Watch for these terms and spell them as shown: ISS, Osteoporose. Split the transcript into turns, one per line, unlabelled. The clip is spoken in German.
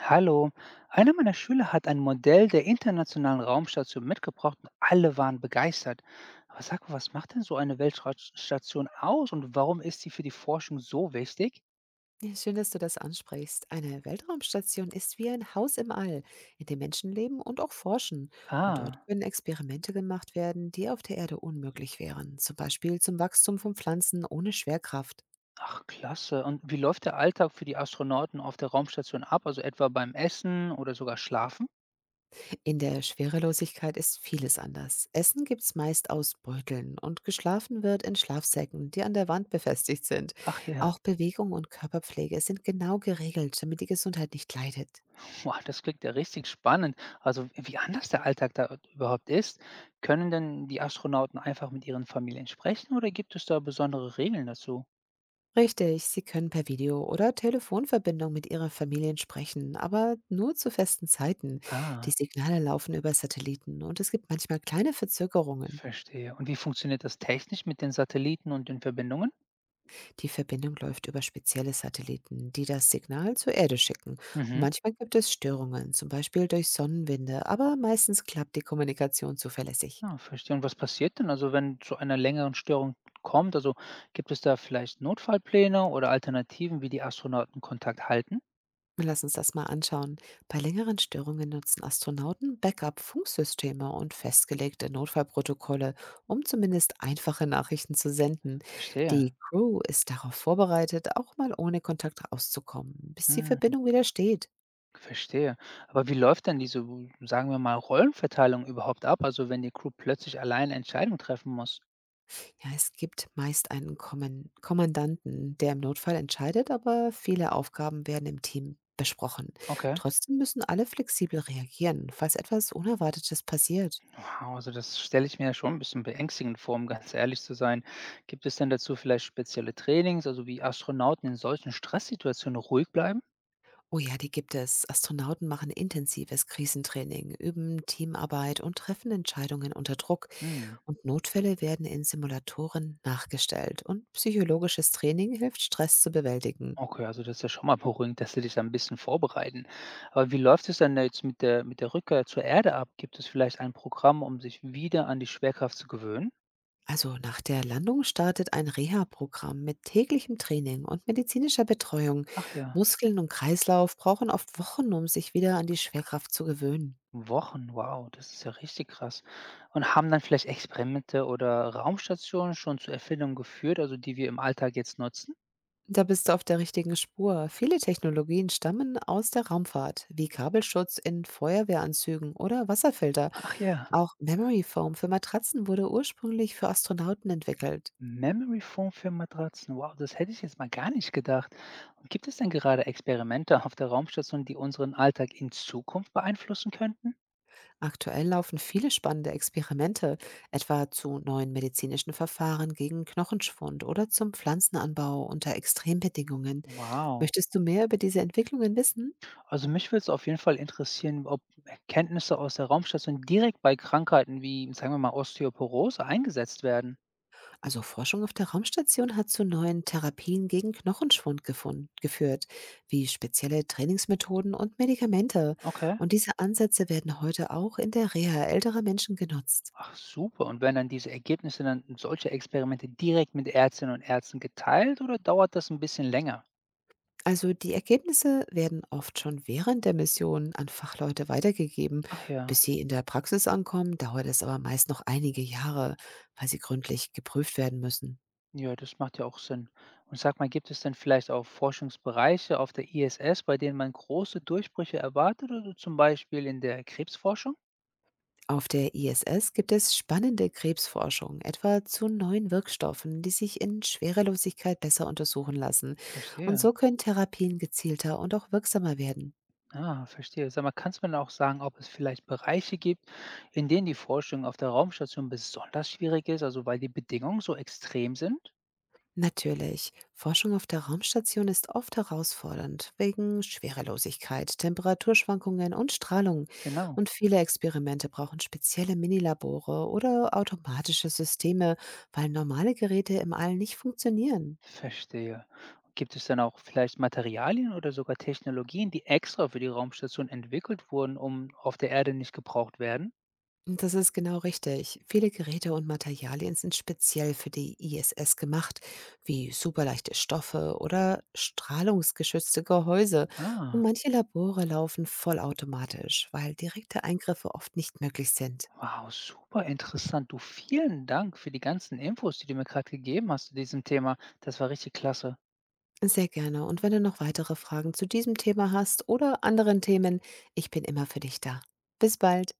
Hallo, einer meiner Schüler hat ein Modell der internationalen Raumstation mitgebracht und alle waren begeistert. Aber sag mal, was macht denn so eine Weltraumstation aus und warum ist sie für die Forschung so wichtig?
Ja, schön, dass du das ansprichst. Eine Weltraumstation ist wie ein Haus im All, in dem Menschen leben und auch forschen. Und dort
Ah,
können Experimente gemacht werden, die auf der Erde unmöglich wären. Zum Beispiel zum Wachstum von Pflanzen ohne Schwerkraft.
ach klasse. Und wie läuft der Alltag für die Astronauten auf der Raumstation ab, also etwa beim Essen oder sogar Schlafen?
In der Schwerelosigkeit ist vieles anders. Essen gibt es meist aus Beuteln und geschlafen wird in Schlafsäcken, die an der Wand befestigt sind.
Ach ja,
Auch Bewegung und Körperpflege sind genau geregelt, damit die Gesundheit nicht leidet.
boah, das klingt ja richtig spannend. Also wie anders der Alltag da überhaupt ist. Können denn die Astronauten einfach mit ihren Familien sprechen oder gibt es da besondere Regeln dazu?
Richtig, Sie können per Video- oder Telefonverbindung mit Ihren Familien sprechen, aber nur zu festen Zeiten. Die
Ah.
Signale laufen über Satelliten und es gibt manchmal kleine Verzögerungen.
Verstehe. Und wie funktioniert das technisch mit den Satelliten und den Verbindungen?
Die Verbindung läuft über spezielle Satelliten, die das Signal zur Erde schicken. Und
Mhm.
manchmal gibt es Störungen, zum Beispiel durch Sonnenwinde, aber meistens klappt die Kommunikation zuverlässig.
Ah, verstehe. Und was passiert denn? Also, wenn zu einer längeren Störung kommt, also gibt es da vielleicht Notfallpläne oder Alternativen, wie die Astronauten Kontakt halten?
Lass uns das mal anschauen. Bei längeren Störungen nutzen Astronauten Backup-Funksysteme und festgelegte Notfallprotokolle, um zumindest einfache Nachrichten zu senden.
Verstehe.
Die Crew ist darauf vorbereitet, auch mal ohne Kontakt rauszukommen, bis die
Hm,
Verbindung wieder steht.
verstehe. Aber wie läuft denn diese, sagen wir mal, Rollenverteilung überhaupt ab? Also, wenn die Crew plötzlich allein Entscheidungen treffen muss?
Ja, es gibt meist einen Kommen Kommandanten, der im Notfall entscheidet, aber viele Aufgaben werden im Team besprochen.
Okay.
Trotzdem müssen alle flexibel reagieren, falls etwas Unerwartetes passiert.
Wow, also das stelle ich mir ja schon ein bisschen beängstigend vor, um ganz ehrlich zu sein. Gibt es denn dazu vielleicht spezielle Trainings, also wie Astronauten in solchen Stresssituationen ruhig bleiben?
Oh ja, die gibt es. Astronauten machen intensives Krisentraining, üben Teamarbeit und treffen Entscheidungen unter Druck.
Hm,
Und Notfälle werden in Simulatoren nachgestellt. Und psychologisches Training hilft, Stress zu bewältigen.
okay, also das ist ja schon mal beruhigend, dass sie dich da ein bisschen vorbereiten. Aber wie läuft es denn da jetzt mit der Rückkehr zur Erde ab? Gibt es vielleicht ein Programm, um sich wieder an die Schwerkraft zu gewöhnen?
Also nach der Landung startet ein Reha-Programm mit täglichem Training und medizinischer Betreuung.
Ach ja,
Muskeln und Kreislauf brauchen oft Wochen, um sich wieder an die Schwerkraft zu gewöhnen.
Wochen, wow, das ist ja richtig krass. Und haben dann vielleicht Experimente oder Raumstationen schon zu Erfindungen geführt, also die wir im Alltag jetzt nutzen?
Da bist du auf der richtigen Spur. Viele Technologien stammen aus der Raumfahrt, wie Kabelschutz in Feuerwehranzügen oder Wasserfilter.
Ach ja.
Auch Memory Foam für Matratzen wurde ursprünglich für Astronauten entwickelt.
Memory Foam für Matratzen. Wow, das hätte ich jetzt mal gar nicht gedacht. Und gibt es denn gerade Experimente auf der Raumstation, die unseren Alltag in Zukunft beeinflussen könnten?
Aktuell laufen viele spannende Experimente, etwa zu neuen medizinischen Verfahren gegen Knochenschwund oder zum Pflanzenanbau unter Extrembedingungen.
Wow.
Möchtest du mehr über diese Entwicklungen wissen?
Also mich würde es auf jeden Fall interessieren, ob Erkenntnisse aus der Raumstation direkt bei Krankheiten wie, sagen wir mal, Osteoporose eingesetzt werden.
Also Forschung auf der Raumstation hat zu neuen Therapien gegen Knochenschwund geführt, wie spezielle Trainingsmethoden und Medikamente.
Okay.
Und diese Ansätze werden heute auch in der Reha älterer Menschen genutzt.
Ach super. Und werden dann diese Ergebnisse dann solche Experimente direkt mit Ärztinnen und Ärzten geteilt oder dauert das ein bisschen länger?
Also die Ergebnisse werden oft schon während der Mission an Fachleute weitergegeben.
Ach ja.
Bis sie in der Praxis ankommen, dauert es aber meist noch einige Jahre, weil sie gründlich geprüft werden müssen.
Ja, das macht ja auch Sinn. Und sag mal, gibt es denn vielleicht auch Forschungsbereiche auf der ISS, bei denen man große Durchbrüche erwartet, oder zum Beispiel in der Krebsforschung?
Auf der ISS gibt es spannende Krebsforschung, etwa zu neuen Wirkstoffen, die sich in Schwerelosigkeit besser untersuchen lassen. Und
Verstehe.
so können Therapien gezielter und auch wirksamer werden.
Ah, verstehe. Sag mal, kannst du mir denn auch sagen, ob es vielleicht Bereiche gibt, in denen die Forschung auf der Raumstation besonders schwierig ist, also weil die Bedingungen so extrem sind?
Natürlich, Forschung auf der Raumstation ist oft herausfordernd wegen Schwerelosigkeit, Temperaturschwankungen und Strahlung.
Genau.
Und viele Experimente brauchen spezielle Minilabore oder automatische Systeme, weil normale Geräte im All nicht funktionieren.
Verstehe. Gibt es dann auch vielleicht Materialien oder sogar Technologien, die extra für die Raumstation entwickelt wurden, um auf der Erde nicht gebraucht werden?
Das ist genau richtig. Viele Geräte und Materialien sind speziell für die ISS gemacht, wie superleichte Stoffe oder strahlungsgeschützte Gehäuse.
Ah.
Und manche Labore laufen vollautomatisch, weil direkte Eingriffe oft nicht möglich sind.
Wow, super interessant. Du, vielen Dank für die ganzen Infos, die du mir gerade gegeben hast zu diesem Thema. Das war richtig klasse.
Sehr gerne. Und wenn du noch weitere Fragen zu diesem Thema hast oder anderen Themen, ich bin immer für dich da. Bis bald.